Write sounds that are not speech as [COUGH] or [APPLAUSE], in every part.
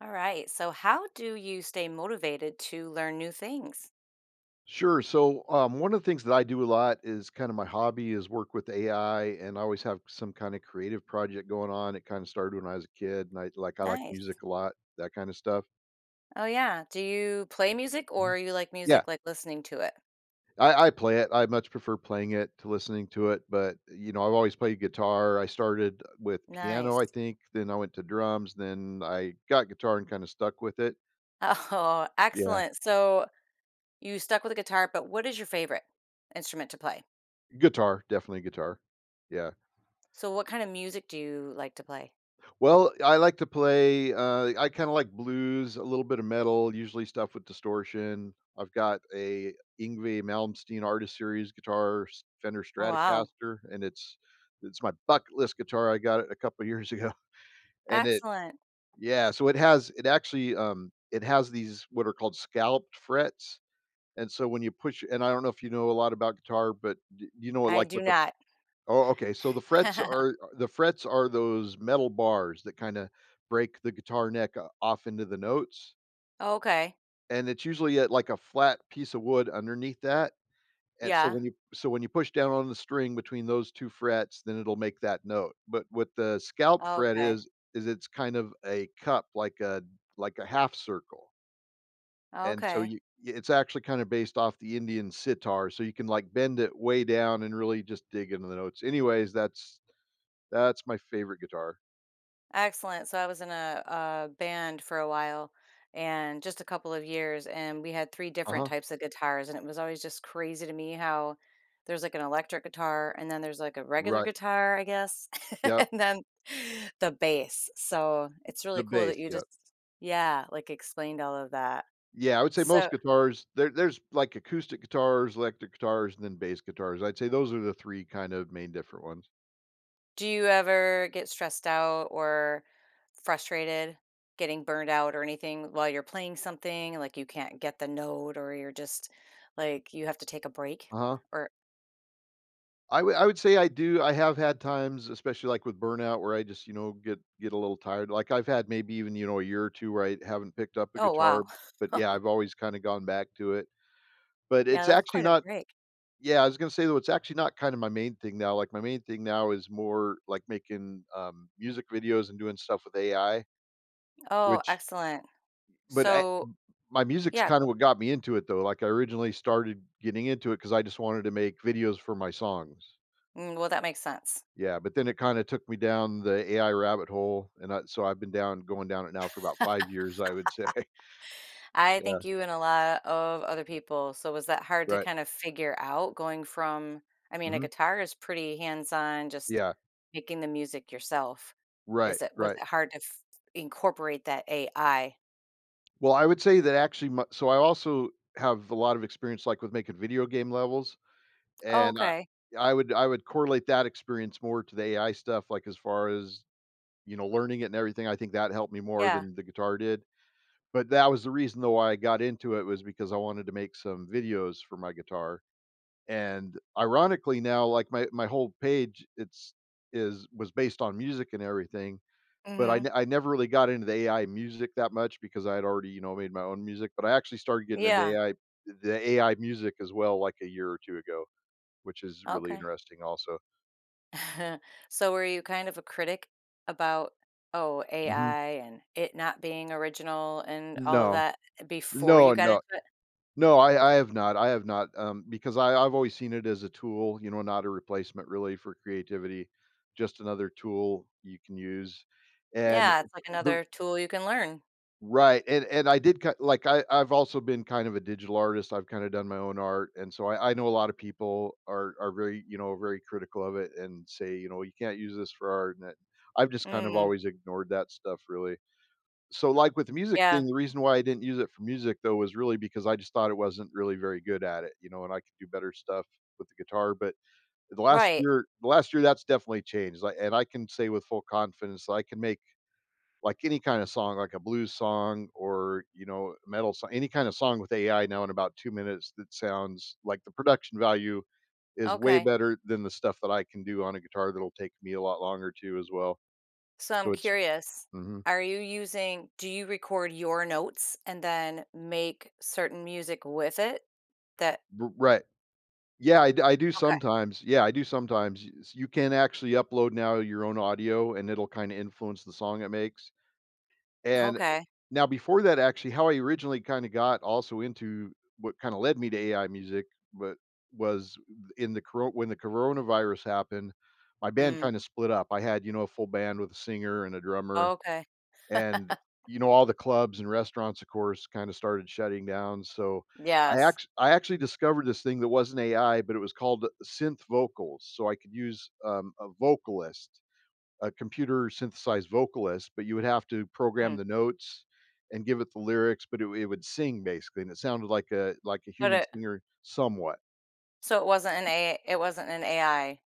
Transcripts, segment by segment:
All right. So, how do you stay motivated to learn new things? Sure. One of the things that I do a lot is kind of my hobby is work with AI, and I always have some kind of creative project going on. It kind of started when I was a kid, and I like Nice. music a lot, that kind of stuff. Oh, yeah. Do you play music or Mhm. you like Yeah, music like listening to it? I play it. I much prefer playing it to listening to it. But you know, I've always played guitar. I started with piano, Nice. I think. Then I went to drums. Then I got guitar and kind of stuck with it. Oh, [LAUGHS] Yeah, excellent. So, you stuck with the guitar, but what is your favorite instrument to play? guitar, definitely guitar. Yeah. So, what kind of music do you like to play? Well, I like to play, I kinda like blues, a little bit of metal, usually stuff with distortion. I've got a Yngwie Malmsteen Artist Series guitar, s Fender Oh, wow. Stratocaster, and it's my bucket list guitar. I got it a couple years ago, [LAUGHS] and it Excellent. Yeah, so it actually, it has these what are called scalloped frets, and so when you push, and I don't know if you know a lot about guitar, but d you know, what I like, do what the not. Oh, okay, so the frets [LAUGHS] are the frets are those metal bars that kinda break the guitar neck o off into the notes, Okay. and it's usually at, like, a flat piece of wood underneath that, and so Yeah. when you so when you push down on the string between those two frets, then it'll make that note. But what the scalp fret Okay. Is it's kind of a cup, like a half circle, and so Okay. you it's actually kinda based off the Indian sitar, so you can, like, bend it way down and really just dig into the notes. Anyways, that's my favorite guitar. Excellent. So I was in a band for a while and just a couple of years, and we had three different Uh-huh. types of guitars. And it was always just crazy to me how there's like an electric guitar, and then there's like a regular Right. guitar, I guess, [LAUGHS] Yep. and then the bass. So it's The really cool that bass, you yep. just, yeah, like explained all of that. Yeah, I would say So most guitars there's, like, acoustic guitars, electric guitars, and then bass guitars. I'd say those are the three kind of main different ones. do you ever get stressed out or frustrated, getting burned out or anything while you're playing something? Like you can't get the note or you're just like you have to take a break? Uh-huh. Or, I would say I do, I have had times, especially, like, with burnout, where I just, you know, get a little tired. Like, I've had maybe even, you know, a year or two where I haven't picked up a oh, wow. guitar, but, [LAUGHS] yeah, I've always kinda gone back to it. But Yeah, it's that's actually quite a not— break. yeah, I was gonna say, though, it's actually not kind of my main thing now. Like, my main thing now is more, like, making, music videos and doing stuff with AI, Oh, which— excellent. but I So, my music's yeah, kinda what got me into it, though. Like, I originally started getting into it because I just wanted to make videos for my songs. Well, that makes sense. Yeah, but then it kinda took me down the AI rabbit hole, and I so I've been down going down it now for about five years, I would say. [LAUGHS] I Yeah, think you and a lot of other people. So was that hard to right. kind of figure out going from I mean, a Mhm. guitar is pretty hands-on, just Yeah. making the music yourself. Right, Is it was right. it hard to f incorporate that AI? Well, I would say that actually my— so I also have a lot of experience, like, with making video game levels. Oh, And I okay. I would correlate that experience more to the AI stuff, like, as far as, you know, learning it and everything, I think that helped me more Yeah. than the guitar did. But that was the reason, though, why I got into it, was because I wanted to make some videos for my guitar, and ironically now, like, my whole page, it's is was based on music and everything, but I Mhm. ne I never really got into the AI music that much because I had already, you know, made my own music. But I actually started getting into Yeah. the AI music as well, like, a year or two ago, which is really Okay. interesting also. [LAUGHS] So were you kind of a critic about, oh, Mhm. AI and it not being original and all of No. that before you No, got into no. it? No, I have not, I have not, because I've always seen it as a tool, you know, not a replacement really for creativity, just another tool you can use, and Yeah, it's like the another tool you can learn. right, and I did ki like, I I've also been kind of a digital artist. I've kinda done my own art, and so I know a lot of people are very, you know, very critical of it and say, you know, "You can't use this for art," and that— I've just kind of Mm, always ignored that stuff really. So, like, with the music yeah, thing, the reason why I didn't use it for music, though, was really because I just thought it wasn't really very good at it, you know, and I could do better stuff with the guitar. But the last right. year the last year, that's definitely changed. Like, and I can say with full confidence, that I can make, like, any kinda song, like a blues song or, you know, metal song, any kinda song with AI now in about two minutes that sounds like the production value is way Okay. better than the stuff that I can do on a guitar that'll take me a lot longer to, as well. So I'm So it's— curious, mhm. are you using do you record your notes and then make certain music with it? That R Right. Yeah, I do Okay. sometimes. Yeah, I do sometimes. Y s You can actually upload now your own audio, and it'll kinda influence the song it makes, and, Okay. now before that, actually, how I originally kinda got also into— what kinda led me to AI music, but— was— in the coro when the coronavirus happened, my band Mm. kinda split up. I had, you know, a full band with a singer and a drummer, Okay. [LAUGHS] and, you know, all the clubs and restaurants, of course, kinda started shutting down. So Yes. I actually discovered this thing that wasn't AI, but it was called synth vocals. So I could use, a vocalist, a computer synthesized vocalist, but you would have to program Hmm. the notes and give it the lyrics, but it would sing basically, and it sounded like a But human it singer somewhat. so it wasn't an A it wasn't an AI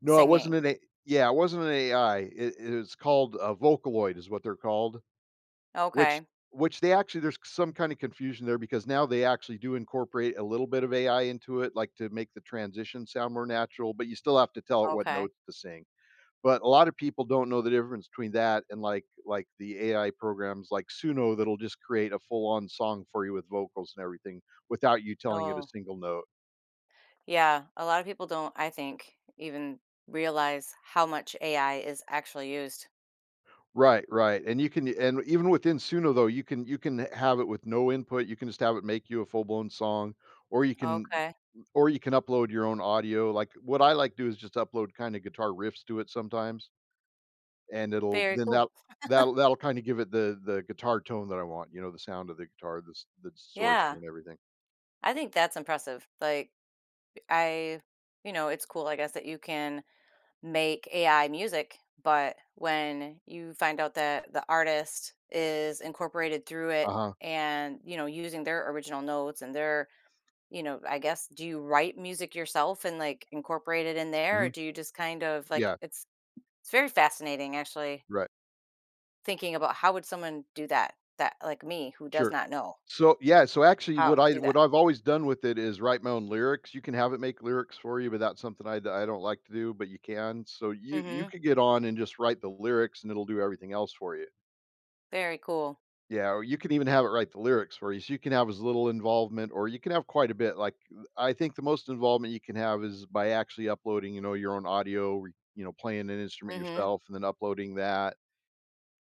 No, it wasn't singing. an A— yeah, it wasn't an AI, it was called a Vocaloid is what they're called. Which— Okay. which they actually— there's some kind of confusion there because now they actually do incorporate a little bit of AI into it, like, to make the transition sound more natural, but you still have to tell it what Okay. notes to sing. But a lot of people don't know the difference between that and, the AI programs like Suno that'll just create a full-on song for you with vocals and everything without you telling it a Oh, single note. yeah. A lot of people don't, I think, even realize how much AI is actually used. Right, right, and you can and even within Suno, though, you can have it with no input, you can just have it make you a full-blown song, or you can Okay. or you can upload your own audio. Like, what I like to do is just upload kinda guitar riffs to it sometimes, and it'll Very then cool. that that'll that'll kinda give it the guitar tone that I want, you know, the sound of the guitar, the s the distortion Yeah. and everything. I think that's impressive. Like I, you know, it's cool, I guess, that you can make AI music, but when you find out that the artist is incorporated through it Uh-huh. and, you know, using their original notes and their, you know, I guess, do you write music yourself and like incorporate it in there? Or Mhm. do you just kind of like Yeah. It's very fascinating actually Right. thinking about how would someone do that? That like me who does Sure. not know So yeah, so actually how what to I do that. what I've always done with it is write my own lyrics. You can have it make lyrics for you, but that's something I don't like to do, but you can. So you Mhm. could get on and just write the lyrics, and it'll do everything else for you. Very cool. Yeah, or you can even have it write the lyrics for you, so you can have as little involvement or you can have quite a bit. Like, I think the most involvement you can have is by actually uploading, you know, your own audio, re you know, playing an instrument Mhm. yourself and then uploading that,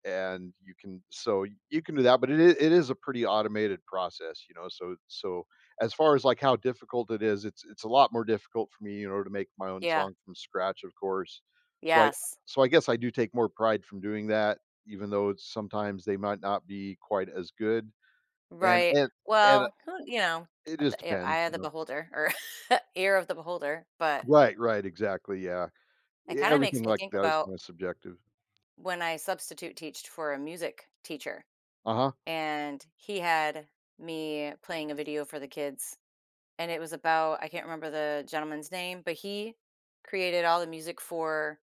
and you can— so you can do that, but it is a pretty automated process, you know. So— so as far as like how difficult it is, it's a lot more difficult for me, you know, to make my own Yeah. song from scratch, of course. So I Yes. so I guess I do take more pride from doing that, even though it's— sometimes they might not be quite as good. And Right. and and Well, who you know, it the just e eye depends, of you the know. beholder or [LAUGHS] ear of the beholder, but Right, right, exactly. Yeah, it kinda makes everything me like think that is about kind of subjective. when I substitute teached for a music teacher, Uh huh. and he had me playing a video for the kids, and it was about I can't remember the gentleman's name, but he created all the music for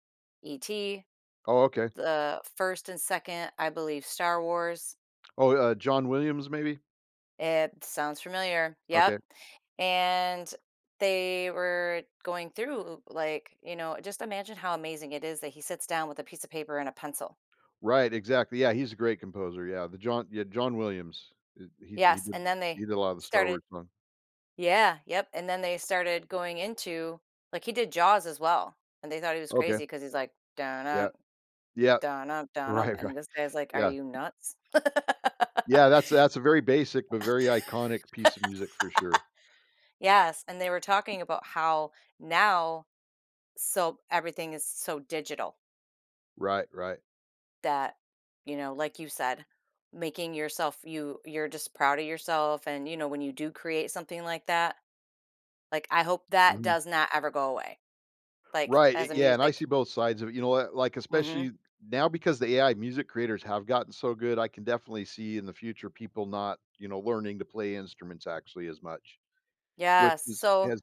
E.T., Oh, okay. the first and second, I believe, Star Wars. Oh, John Williams, maybe. It sounds familiar. Yep. Okay. And they were going through, like, you know, just imagine how amazing it is that he sits down with a piece of paper and a pencil. Right, exactly. Yeah, he's a great composer. Yeah, John Williams. He Yes. did— And then he they did a lot of the Star started, Wars song. yeah, yep. And then they started going into, like, he did Jaws as well. And they thought he was Okay. crazy because he's like, dun Yeah. up, Yeah. [LAUGHS] dun up, dun up. Right, right. And this guy's like, are Yeah. you nuts? Yeah, that's a very basic but very iconic piece of music for sure. Yes. And they were talking about how now, so everything is so digital Right, right. that, you know, like you said, making yourself you're just proud of yourself and you know when you do create something like that, like I hope that Mhm. does not ever go away. Like Right, I as a yeah, and I see music. both sides of it. You know, like, Mhm. especially now, because the AI music creators have gotten so good, I can definitely see in the future people not, you know, learning to play instruments actually as much. Which Yes. is So has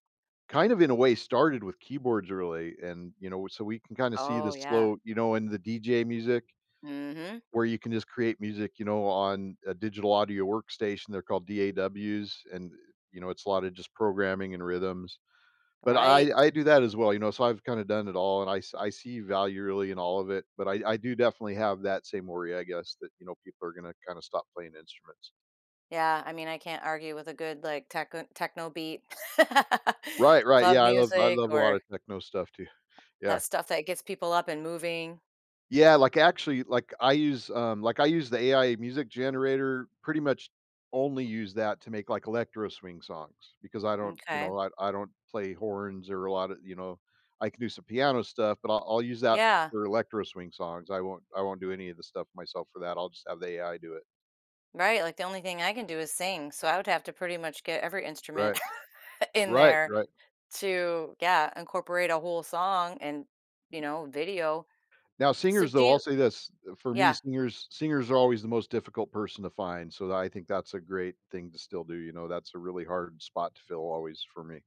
kind of in a way started with keyboards early and, you know, so we can kinda see the oh yeah. slow, you know, in the DJ music Mhm. where you can just create music, you know, on a digital audio workstation, they're called DAWs, and, it's a lot of just programming and rhythms. But Right. I do that as well, you know, so I've kinda done it all, and I see value really in all of it, but I do definitely have that same worry, I guess, that, you know, people are gonna kinda stop playing instruments. Yeah, I mean I can't argue with a good like techno beat. [LAUGHS] Right, right, Club yeah, I music love a lot or of techno stuff too. Yeah. that stuff that gets people up and moving. Yeah, like, actually, like, I use the AI music generator, pretty much only use that to make, like, electro swing songs because I don't, you Okay. know, I don't play horns or a lot of, you know, I can do some piano stuff, but I'll use that Yeah. for electro swing songs. I won't do any of the stuff myself for that. I'll just have the AI do it. Right. Like the only thing I can do is sing. So I would have to pretty much get every Right. instrument. [LAUGHS] [LAUGHS] In Right, there right. to, yeah, incorporate a whole song and, you know, video. Now So singers, do though, I'll you say this, for me, yeah. singers are always the most difficult person to find, so I think that's a great thing to still do, you know, that's a really hard spot to fill always for me.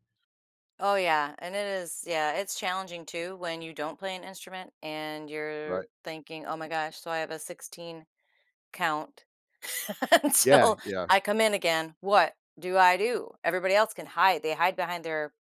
Oh, yeah, and it is yeah, it's challenging too when you don't play an instrument and Right. you're thinking, "Oh my gosh, so I have a 16 count [LAUGHS] Yeah, until yeah. I come in again. What do I do?" Everybody else can hide. They hide behind their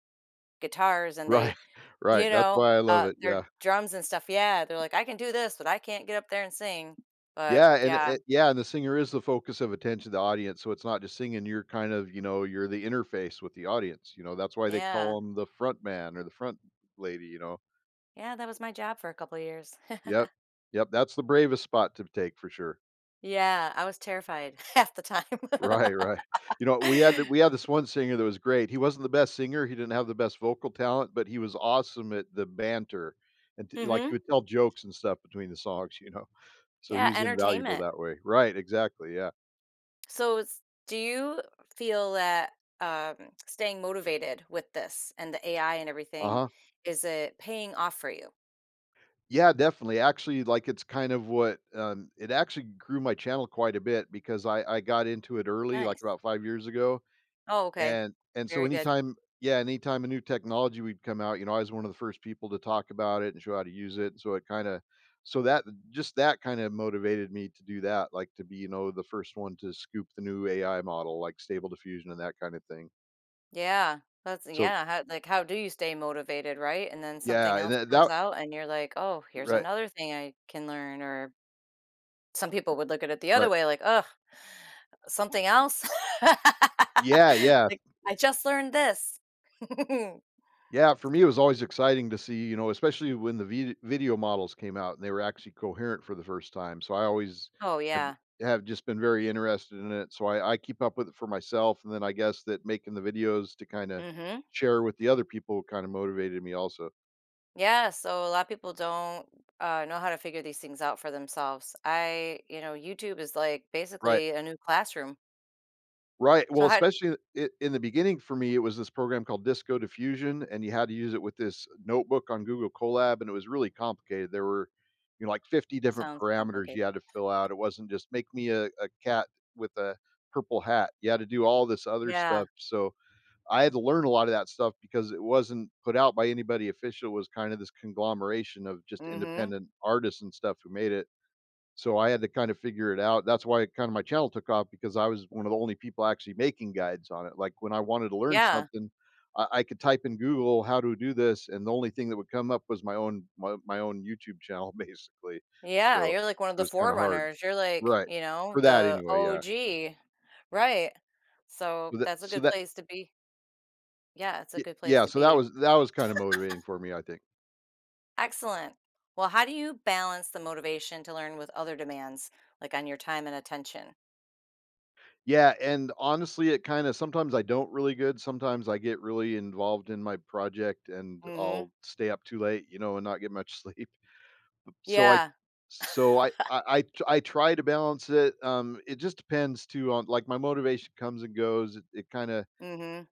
guitars and they, Right, [LAUGHS] you right, that's know, why I love it, their yeah. drums and stuff. Yeah, they're like, "I can do this, but I can't get up there and sing." But Yeah, and yeah, and the singer is the focus of attention, of the audience, so it's not just singing, you're kind of, you know, you're the interface with the audience, you know, that's why they yeah. call him the front man or the front lady, you know? Yeah, that was my job for a couple of years. [LAUGHS] Yep, yep, that's the bravest spot to take for sure. [LAUGHS] Yeah, I was terrified [LAUGHS] half the time. Right, [LAUGHS] right. You know, we had this one singer that was great, he wasn't the best singer, he didn't have the best vocal talent, but he was awesome at the banter, and he Mhm. would tell jokes and stuff between the songs, [LAUGHS] you know? So Yeah, he's invaluable entertainment. that way. Right, exactly, yeah. So it's do you feel that, um, staying motivated with this and the AI and everything, Uh-huh. is it paying off for you? Yeah, definitely. Actually, like, it's kind of what, it actually grew my channel quite a bit because I got into it early, like, Nice. about 5 years ago, Oh, okay. and Very good. Anytime a new technology would come out, you know, I was one of the first people to talk about it and show how to use it, so it kinda so that just that kinda motivated me to do that, like, to be, you know, the first one to scoop the new AI model, like Stable Diffusion and that kind of thing. Yeah. That's So yeah, how like, how do you stay motivated, right? And then something yeah, and else that comes that out and you're like, "Oh, here's right, another thing I can learn," or some people would look at it the other right. way like, oh. Something else? [LAUGHS] Yeah, yeah. Like, "I just learned this." [LAUGHS] Yeah, for me, it was always exciting to see, you know, especially when the video models came out and they were actually coherent for the first time. So I always Oh, have, yeah. have just been very interested in it. So I keep up with it for myself. And then I guess that making the videos to kind of Mhm. share with the other people kind of motivated me also. Yeah, so a lot of people don't, know how to figure these things out for themselves. I, you know, YouTube is, like, Right. basically a new classroom. Right, So well, how especially I in the beginning for me, it was this program called Disco Diffusion, and you had to use it with this notebook on Google Colab, and it was really complicated. There were, you know, like 50 different sounds parameters complicated. you had to fill out. It wasn't just make me a cat with a purple hat. You had to do all this other Yeah. stuff, so I had to learn a lot of that stuff because it wasn't put out by anybody official, it was kind of this conglomeration of just Mhm. independent artists and stuff who made it. So I had to kind of figure it out. That's why kind of my channel took off because I was one of the only people actually making guides on it. Like when I wanted to learn Yeah. something, I could type in Google how to do this, and the only thing that would come up was my own YouTube channel, [LAUGHS] basically. Yeah, So you're like one of it the was kind of hard, forerunners. You're like, right? you know, For that the anyway, yeah. OG. Right. So So that that's a so good that place to be. Yeah, it's a good place yeah, to so that be. was that was kind of motivating for me, I think. Excellent. Well, how do you balance the motivation to learn with other demands, like on your time and attention? Yeah, and honestly, it kinda sometimes I don't really good, sometimes I get really involved in my project and Mhm. I'll stay up too late, you know, and not get much [LAUGHS] sleep. So I Yeah. [LAUGHS] so I try to balance it, it just depends too on, like, my motivation comes and goes, it Mhm.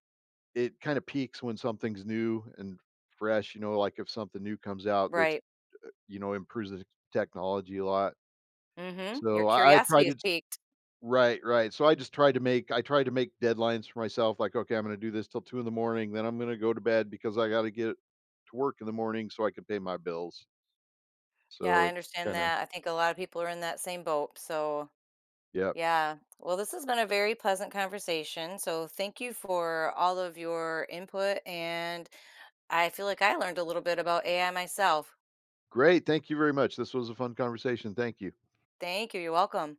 it kinda peaks when something's new and fresh, you know, like, if something new comes out that's, Right. You know, improves the technology a lot. Mhm. Your So I try curiosity is to piqued. Right, right. So I tried to make deadlines for myself, like, okay, I'm gonna do this till 2 in the morning, then I'm gonna go to bed because I gotta get to work in the morning so I can pay my bills. Yeah, So I it's understand kinda that. I think a lot of people are in that same boat. So, yeah. yeah. Well, this has been a very pleasant conversation. So, thank you for all of your input. And I feel like I learned a little bit about AI myself. Great. Thank you very much. This was a fun conversation. Thank you. Thank you. You're welcome.